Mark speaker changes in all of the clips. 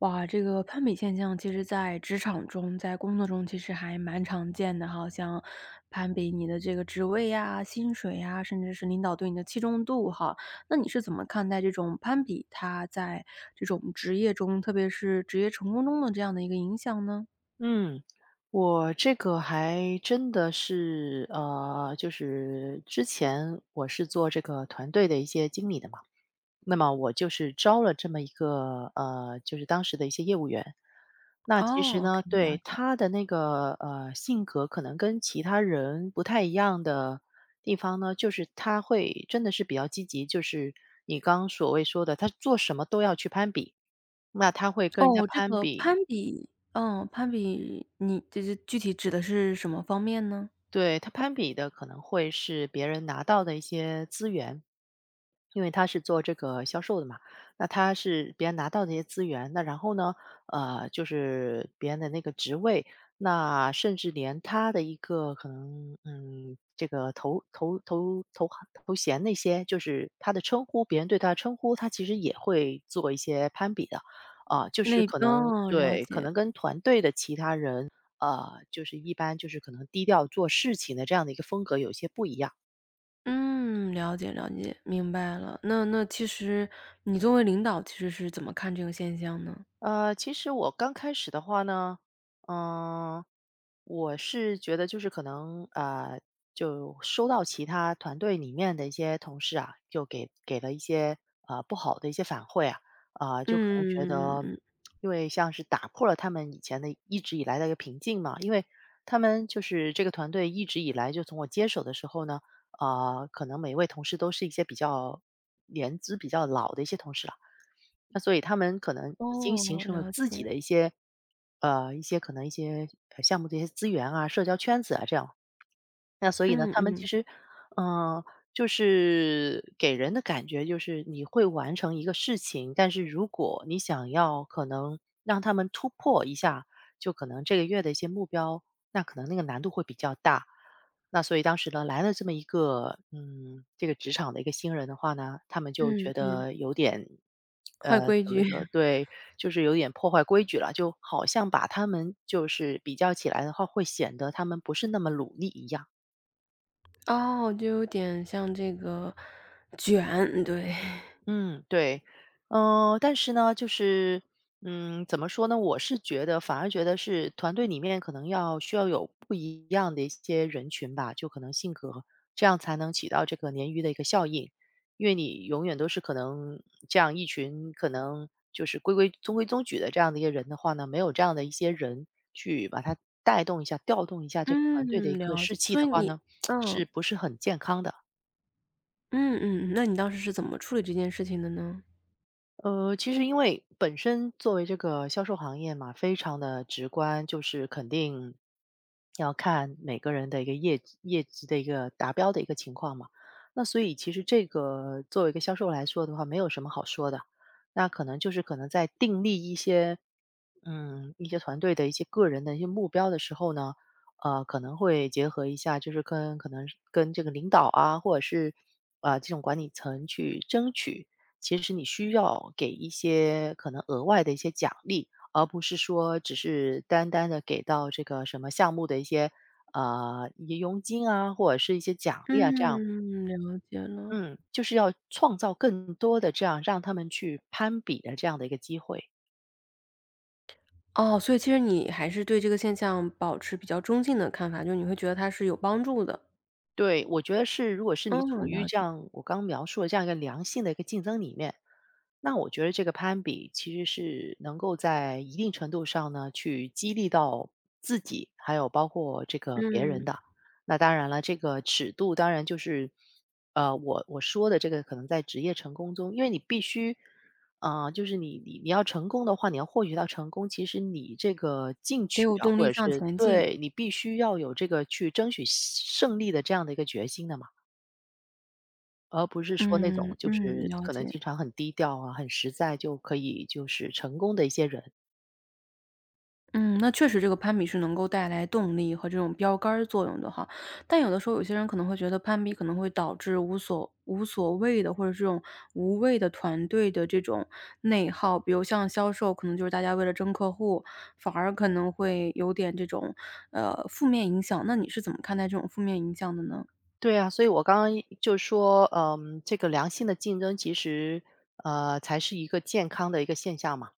Speaker 1: 哇，这个攀比现象其实在职场中，在工作中其实还蛮常见的哈，像攀比你的这个职位呀、薪水呀，甚至是领导对你的器重度哈。那你是怎么看待这种攀比，它在这种职业中，特别是职业成功中的这样的一个影响呢？
Speaker 2: 嗯，我这个还真的是，就是之前我是做这个团队的一些经理的嘛，那么我就是招了这么一个，就是当时的一些业务员。那其实
Speaker 1: 哦，OK，
Speaker 2: 呢，
Speaker 1: 了
Speaker 2: 对
Speaker 1: 解。
Speaker 2: 他的那个性格可能跟其他人不太一样的地方呢，就是他会真的是比较积极，就是你刚刚所谓说的，他做什么都要去攀比，那他会跟人家
Speaker 1: 哦，这
Speaker 2: 攀
Speaker 1: 个攀
Speaker 2: 比，
Speaker 1: 比，嗯，攀比，你这是具体指的是什么方面呢？
Speaker 2: 对，他攀比的可能会是别人拿到的一些资源，因为他是做这个销售的嘛，那他是别人拿到的一些资源，那然后呢，就是别人的那个职位，那甚至连他的一个可能，嗯，这个头衔那些，就是他的称呼，别人对他的称呼，他其实也会做一些攀比的，啊、就是
Speaker 1: 类，
Speaker 2: 可能
Speaker 1: 嗯，了
Speaker 2: 对，可能
Speaker 1: 解。
Speaker 2: 跟团队的其他人就是一般就是可能低调做事情的这样的一个风格有些不一样。
Speaker 1: 嗯，了解了解，明白了。那其实你作为领导，其实是怎么看这个现象呢？
Speaker 2: 其实我刚开始的话呢，嗯、我是觉得就是可能就收到其他团队里面的一些同事啊，就给了一些不好的一些反馈啊，啊、
Speaker 1: 嗯
Speaker 2: 就可能觉
Speaker 1: 嗯嗯嗯
Speaker 2: 得，
Speaker 1: 嗯
Speaker 2: 因为像是打破了他们以前的一直以来的一个平静嘛，因为他们就是这个团队一直以来就从我接手的时候呢，啊、可能每一位同事都是一些比较年资比较老的一些同事了。那所以他们可能已经形
Speaker 1: 哦，
Speaker 2: 成了
Speaker 1: 了
Speaker 2: 自己
Speaker 1: 解。
Speaker 2: 的一些，一些可能一些项目的一些资源啊、社交圈子啊这样。那所以呢，
Speaker 1: 嗯
Speaker 2: 他们其
Speaker 1: 嗯
Speaker 2: 实，嗯、就是给人的感觉就是你会完成一个事情，但是如果你想要可能让他们突破一下，就可能这个月的一些目标，那可能那个难度会比较大。那所以当时呢，来了这么一个，嗯，这个职场的一个新人的话呢，他们就
Speaker 1: 嗯
Speaker 2: 觉
Speaker 1: 嗯，
Speaker 2: 得有点，呃，
Speaker 1: 坏规
Speaker 2: 怎么
Speaker 1: 矩。
Speaker 2: 说？对，就是有点破坏规矩了，就好像把他们就是比较起来的话，会显得他们不是那么努力一样。
Speaker 1: 哦，就有点像这个卷，对。
Speaker 2: 嗯，对，但是呢，就是，嗯，怎么说呢？我是觉得，反而觉得是团队里面可能要需要有不一样的一些人群吧，就可能性格，这样才能起到这个鲶鱼的一个效应。因为你永远都是可能这样一群可能就是规规中规中矩的这样的一个人的话呢，没有这样的一些人去把它带动一下、调动一下这个团队的
Speaker 1: 嗯，
Speaker 2: 一个
Speaker 1: 了
Speaker 2: 士
Speaker 1: 解。
Speaker 2: 气
Speaker 1: 所
Speaker 2: 的
Speaker 1: 以
Speaker 2: 话
Speaker 1: 你
Speaker 2: 呢，是
Speaker 1: 嗯
Speaker 2: 不是很健康的？
Speaker 1: 嗯嗯，嗯那你当时是怎么处理这件事情的呢？
Speaker 2: 其实因为本身作为这个销售行业嘛，非常的直观，就是肯定要看每个人的一个业绩的一个达标的一个情况嘛。那所以其实这个作为一个销售来说的话，没有什么好说的。那可能就是可能在订立一些一些团队的一些个人的一些目标的时候呢，可能会结合一下，就是跟可能是跟这个领导啊，或者是啊、这种管理层去争取。其实你需要给一些可能额外的一些奖励，而不是说只是单单的给到这个什么项目的一些一些佣金啊，或者是一些奖励啊，这样，
Speaker 1: 嗯，了解了。
Speaker 2: 嗯，就是要创造更多的这样让他们去攀比的这样的一个机会。
Speaker 1: 哦，所以其实你还是对这个现象保持比较中性的看法，就你会觉得它是有帮助的。
Speaker 2: 对，我觉得是，如果是你处
Speaker 1: 嗯，
Speaker 2: 于
Speaker 1: 了
Speaker 2: 这
Speaker 1: 解，
Speaker 2: 样我刚描述的这样一个良性的一个竞争里面，那我觉得这个攀比其实是能够在一定程度上呢，去激励到自己，还有包括这个别人
Speaker 1: 嗯，
Speaker 2: 的。那当然了，这个尺度当然就是，我说的这个可能在职业成功中，因为你必须啊，就是你要成功的话，你要获取到成功，其实你这个进
Speaker 1: 得
Speaker 2: 取
Speaker 1: 有
Speaker 2: 啊，
Speaker 1: 动
Speaker 2: 或
Speaker 1: 力
Speaker 2: 者
Speaker 1: 向
Speaker 2: 是
Speaker 1: 前进。
Speaker 2: 对你必须要有这个去争取胜利的这样的一个决心的嘛，而不是说那种
Speaker 1: 嗯，
Speaker 2: 就
Speaker 1: 嗯，
Speaker 2: 是
Speaker 1: 了
Speaker 2: 可能经
Speaker 1: 解。
Speaker 2: 常很低调啊、很实在就可以就是成功的一些人。
Speaker 1: 嗯，那确实这个攀比是能够带来动力和这种标杆儿作用的哈。但有的时候有些人可能会觉得攀比可能会导致无所谓的，或者这种无谓的团队的这种内耗。比如像销售，可能就是大家为了争客户，反而可能会有点这种，呃，负面影响。那你是怎么看待这种负面影响的呢？
Speaker 2: 对啊，所以我刚刚一就说，嗯，这个良性的竞争其实才是一个健康的一个现象嘛。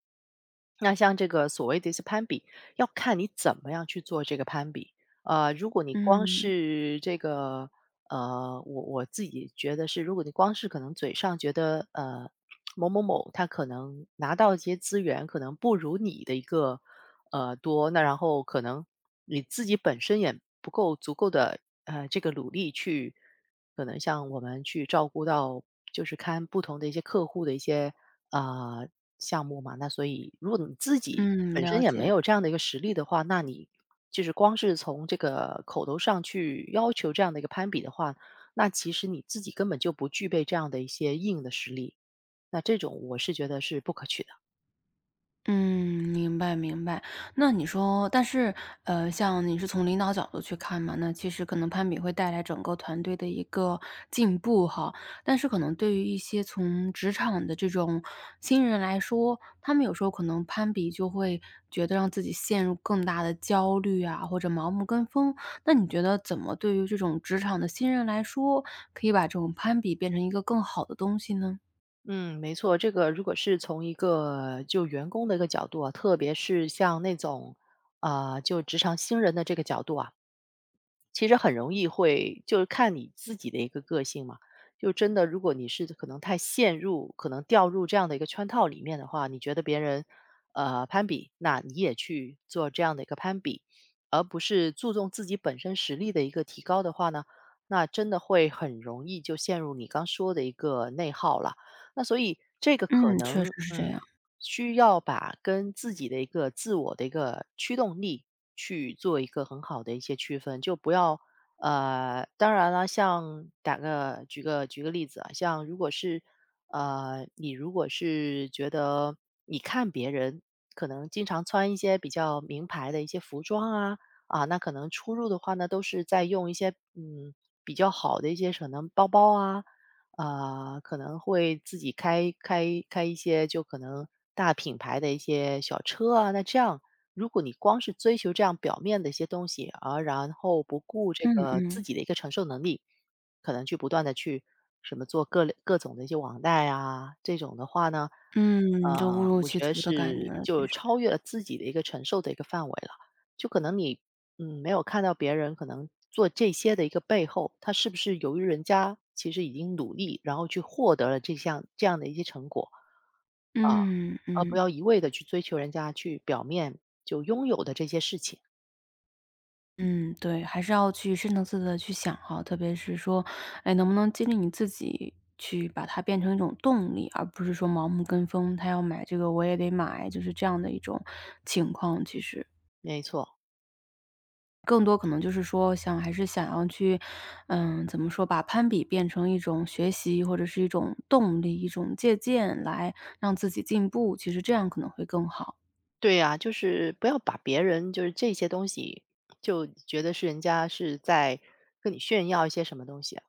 Speaker 2: 那像这个所谓的一些攀比，要看你怎么样去做这个攀比。如果你光
Speaker 1: 嗯，
Speaker 2: 是这个，我自己觉得是，如果你光是可能嘴上觉得，某某某他可能拿到一些资源，可能不如你的一个，多，那然后可能你自己本身也不够足够的，这个努力去，可能像我们去照顾到，就是看不同的一些客户的一些啊，项目嘛。那所以如果你自己
Speaker 1: 嗯，
Speaker 2: 本身
Speaker 1: 了
Speaker 2: 也没
Speaker 1: 解。
Speaker 2: 有这样的一个实力的话，那你就是光是从这个口头上去要求这样的一个攀比的话，那其实你自己根本就不具备这样的一些硬的实力。那这种我是觉得是不可取的。
Speaker 1: 嗯，明白明白。那你说，但是，呃，像你是从领导角度去看嘛，那其实可能攀比会带来整个团队的一个进步哈。但是可能对于一些从职场的这种新人来说，他们有时候可能攀比就会觉得让自己陷入更大的焦虑啊，或者盲目跟风。那你觉得怎么对于这种职场的新人来说，可以把这种攀比变成一个更好的东西呢？
Speaker 2: 嗯，没错，这个如果是从一个就员工的一个角度啊，特别是像那种啊、就职场新人的这个角度啊，其实很容易会就是看你自己的一个个性嘛。就真的，如果你是可能太陷入，可能掉入这样的一个圈套里面的话，你觉得别人攀比，那你也去做这样的一个攀比，而不是注重自己本身实力的一个提高的话呢，那真的会很容易就陷入你刚说的一个内耗了。那所以这个可
Speaker 1: 嗯，确实
Speaker 2: 能
Speaker 1: 是这样。
Speaker 2: 嗯，需要把跟自己的一个自我的一个驱动力去做一个很好的一些区分，就不要当然了，像打个举个举个例子啊，像如果是你如果是觉得你看别人可能经常穿一些比较名牌的一些服装啊啊，那可能出入的话呢，都是在用一些嗯比较好的一些可能包包啊啊，可能会自己开一些就可能大品牌的一些小车啊。那这样，如果你光是追求这样表面的一些东西，而然后不顾这
Speaker 1: 嗯
Speaker 2: 个自
Speaker 1: 嗯。
Speaker 2: 己的一个承受能力，可能去不断的去什么做各类各种的一些网贷啊，这种的话呢，
Speaker 1: 嗯，就误入
Speaker 2: 我
Speaker 1: 歧
Speaker 2: 觉得
Speaker 1: 途的感觉
Speaker 2: 是
Speaker 1: 了，其
Speaker 2: 就
Speaker 1: 实。
Speaker 2: 超越了自己的一个承受的一个范围了。就可能你嗯，没有看到别人可能做这些的一个背后，他是不是由于人家其实已经努力，然后去获得了这项这样的一些成果啊，
Speaker 1: 嗯
Speaker 2: 而不
Speaker 1: 嗯
Speaker 2: 要一味的去追求人家去表面就拥有的这些事情。
Speaker 1: 嗯，对，还是要去深层次的去想哈，特别是说，哎，能不能激励你自己去把它变成一种动力，而不是说盲目跟风，他要买这个我也得买，就是这样的一种情况，其实。
Speaker 2: 没错，
Speaker 1: 更多可能就是说想还是想要去，嗯，怎么说，把攀比变成一种学习或者是一种动力、一种借鉴，来让自己进步，其实这样可能会更好。
Speaker 2: 对呀、就是不要把别人就是这些东西就觉得是人家是在跟你炫耀一些什么东西，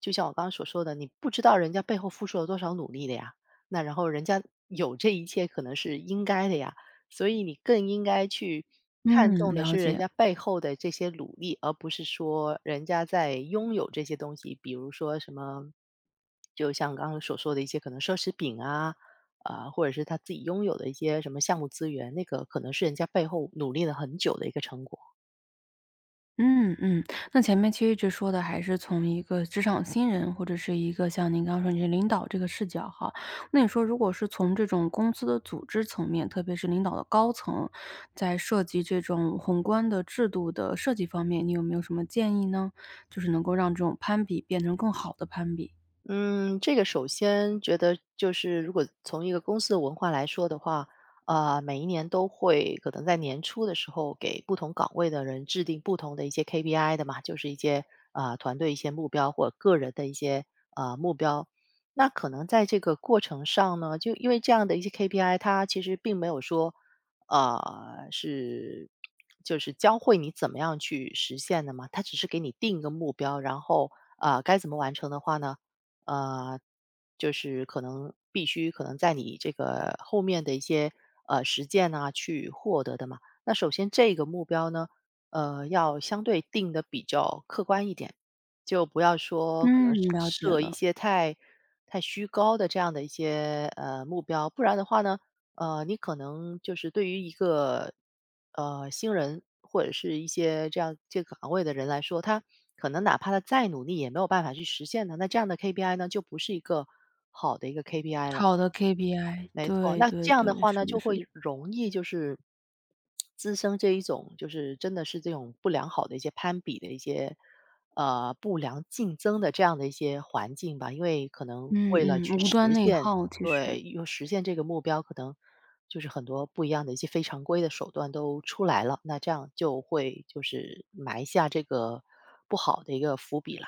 Speaker 2: 就像我刚刚所说的，你不知道人家背后付出了多少努力的呀。那然后人家有这一切可能是应该的呀，所以你更应该去看重
Speaker 1: 嗯，
Speaker 2: 的
Speaker 1: 了
Speaker 2: 是人
Speaker 1: 解。
Speaker 2: 家背后的这些努力，而不是说人家在拥有这些东西，比如说什么，就像刚刚所说的一些可能奢侈品啊，或者是他自己拥有的一些什么项目资源，那个可能是人家背后努力了很久的一个成果。
Speaker 1: 嗯嗯，那前面其实一直说的还是从一个职场新人，或者是一个像您刚刚说你是领导这个视角哈。那你说如果是从这种公司的组织层面，特别是领导的高层，在涉及这种宏观的制度的设计方面，你有没有什么建议呢？就是能够让这种攀比变成更好的攀比。
Speaker 2: 嗯，这个首先觉得就是如果从一个公司的文化来说的话，啊，每一年都会可能在年初的时候给不同岗位的人制定不同的一些 KPI 的嘛，就是一些团队一些目标或者个人的一些目标。那可能在这个过程上呢，就因为这样的一些 KPI，它其实并没有说是就是教会你怎么样去实现的嘛，它只是给你定一个目标，然后该怎么完成的话呢？呃，就是可能必须可能在你这个后面的一些实践啊去获得的嘛。那首先这个目标呢，要相对定的比较客观一点，就不要说可能
Speaker 1: 嗯，了解
Speaker 2: 设一
Speaker 1: 了，
Speaker 2: 些太虚高的这样的一些目标，不然的话呢，你可能就是对于一个新人或者是一些这样这个岗位的人来说，他可能哪怕他再努力，也没有办法去实现的。那这样的 KPI 呢，就不是一个好的一个 KPI 了。
Speaker 1: 好的 KPI，
Speaker 2: 没错，
Speaker 1: 对
Speaker 2: 那这
Speaker 1: 对
Speaker 2: 样的
Speaker 1: 对，
Speaker 2: 话呢，
Speaker 1: 是的
Speaker 2: 就
Speaker 1: 是的。
Speaker 2: 会容易就是滋生这一种就是真的是这种不良好的一些攀比的一些，不良竞争的这样的一些环境吧。因为可能
Speaker 1: 嗯
Speaker 2: 为了去
Speaker 1: 嗯，无
Speaker 2: 实
Speaker 1: 端内
Speaker 2: 现
Speaker 1: 耗其实。
Speaker 2: 对，又实现这个目标，可能就是很多不一样的一些非常规的手段都出来了，那这样就会就是埋下这个不好的一个伏笔了，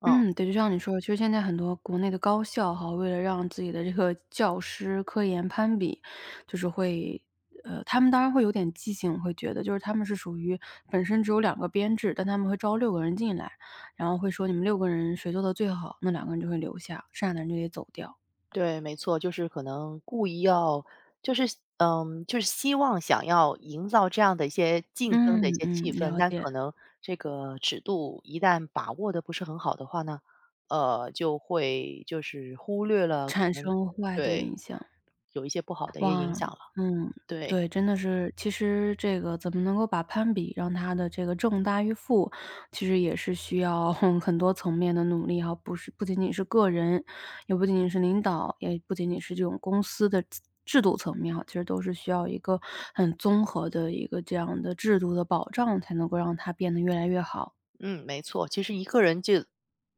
Speaker 2: 嗯。
Speaker 1: 嗯，对，就像你说的，其实现在很多国内的高校哈，为了让自己的这个 教师科研攀比，就是会呃，他们当然会有点畸形，我会觉得就是他们是属于本身只有2个编制，但他们会招6个人进来，然后会说你们六个人谁做的最好，那2个人就会留下，剩下的人就得走掉。
Speaker 2: 对，没错，就是可能故意要就是嗯，就是希望想要营造这样的一些竞争的一
Speaker 1: 嗯
Speaker 2: 些
Speaker 1: 嗯，
Speaker 2: 气氛，
Speaker 1: 了
Speaker 2: 但
Speaker 1: 解，
Speaker 2: 可能这个尺度一旦把握的不是很好的话呢，就会就是忽略了可
Speaker 1: 产
Speaker 2: 能
Speaker 1: 生坏的
Speaker 2: 对，
Speaker 1: 影响。
Speaker 2: 有一些不好的一个影
Speaker 1: 哇，
Speaker 2: 响了，
Speaker 1: 嗯，
Speaker 2: 对。
Speaker 1: 对，真的是，其实这个怎么能够把攀比让他的这个正大于负，其实也是需要 很多层面的努力哈，不是不仅仅是个人，也不仅仅是领导，也不仅仅是这种公司的制度层面哈，其实都是需要一个很综合的一个这样的制度的保障，才能够让它变得越来越好。
Speaker 2: 嗯，没错。其实一个人就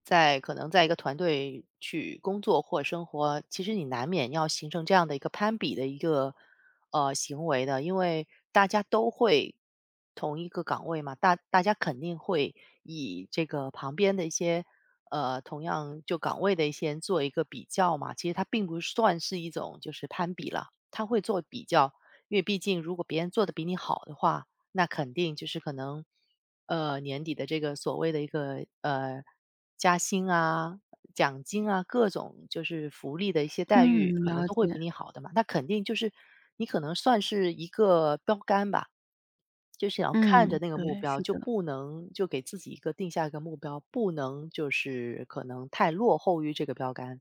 Speaker 2: 在可能在一个团队去工作或生活，其实你难免要形成这样的一个攀比的一个行为的，因为大家都会同一个岗位嘛，大家肯定会以这个旁边的一些同样就岗位的一些人做一个比较嘛。其实它并不算是一种就是攀比了，他会做比较，因为毕竟如果别人做的比你好的话，那肯定就是可能，年底的这个所谓的一个加薪啊、奖金啊，各种就是福利的一些待遇，
Speaker 1: 嗯，
Speaker 2: 可能
Speaker 1: 了
Speaker 2: 都
Speaker 1: 解，
Speaker 2: 会比你好的嘛。那肯定就是你可能算是一个标杆吧，就是要看着
Speaker 1: 嗯，
Speaker 2: 那个目
Speaker 1: 对，
Speaker 2: 标，
Speaker 1: 是
Speaker 2: 就
Speaker 1: 的。
Speaker 2: 不能就给自己一个定下一个目标，不能就是可能太落后于这个标杆。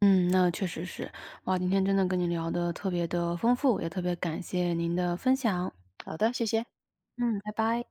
Speaker 1: 嗯，那确实是。哇，今天真的跟你聊的特别的丰富，也特别感谢您的分享。
Speaker 2: 好的，谢谢。
Speaker 1: 嗯，拜拜。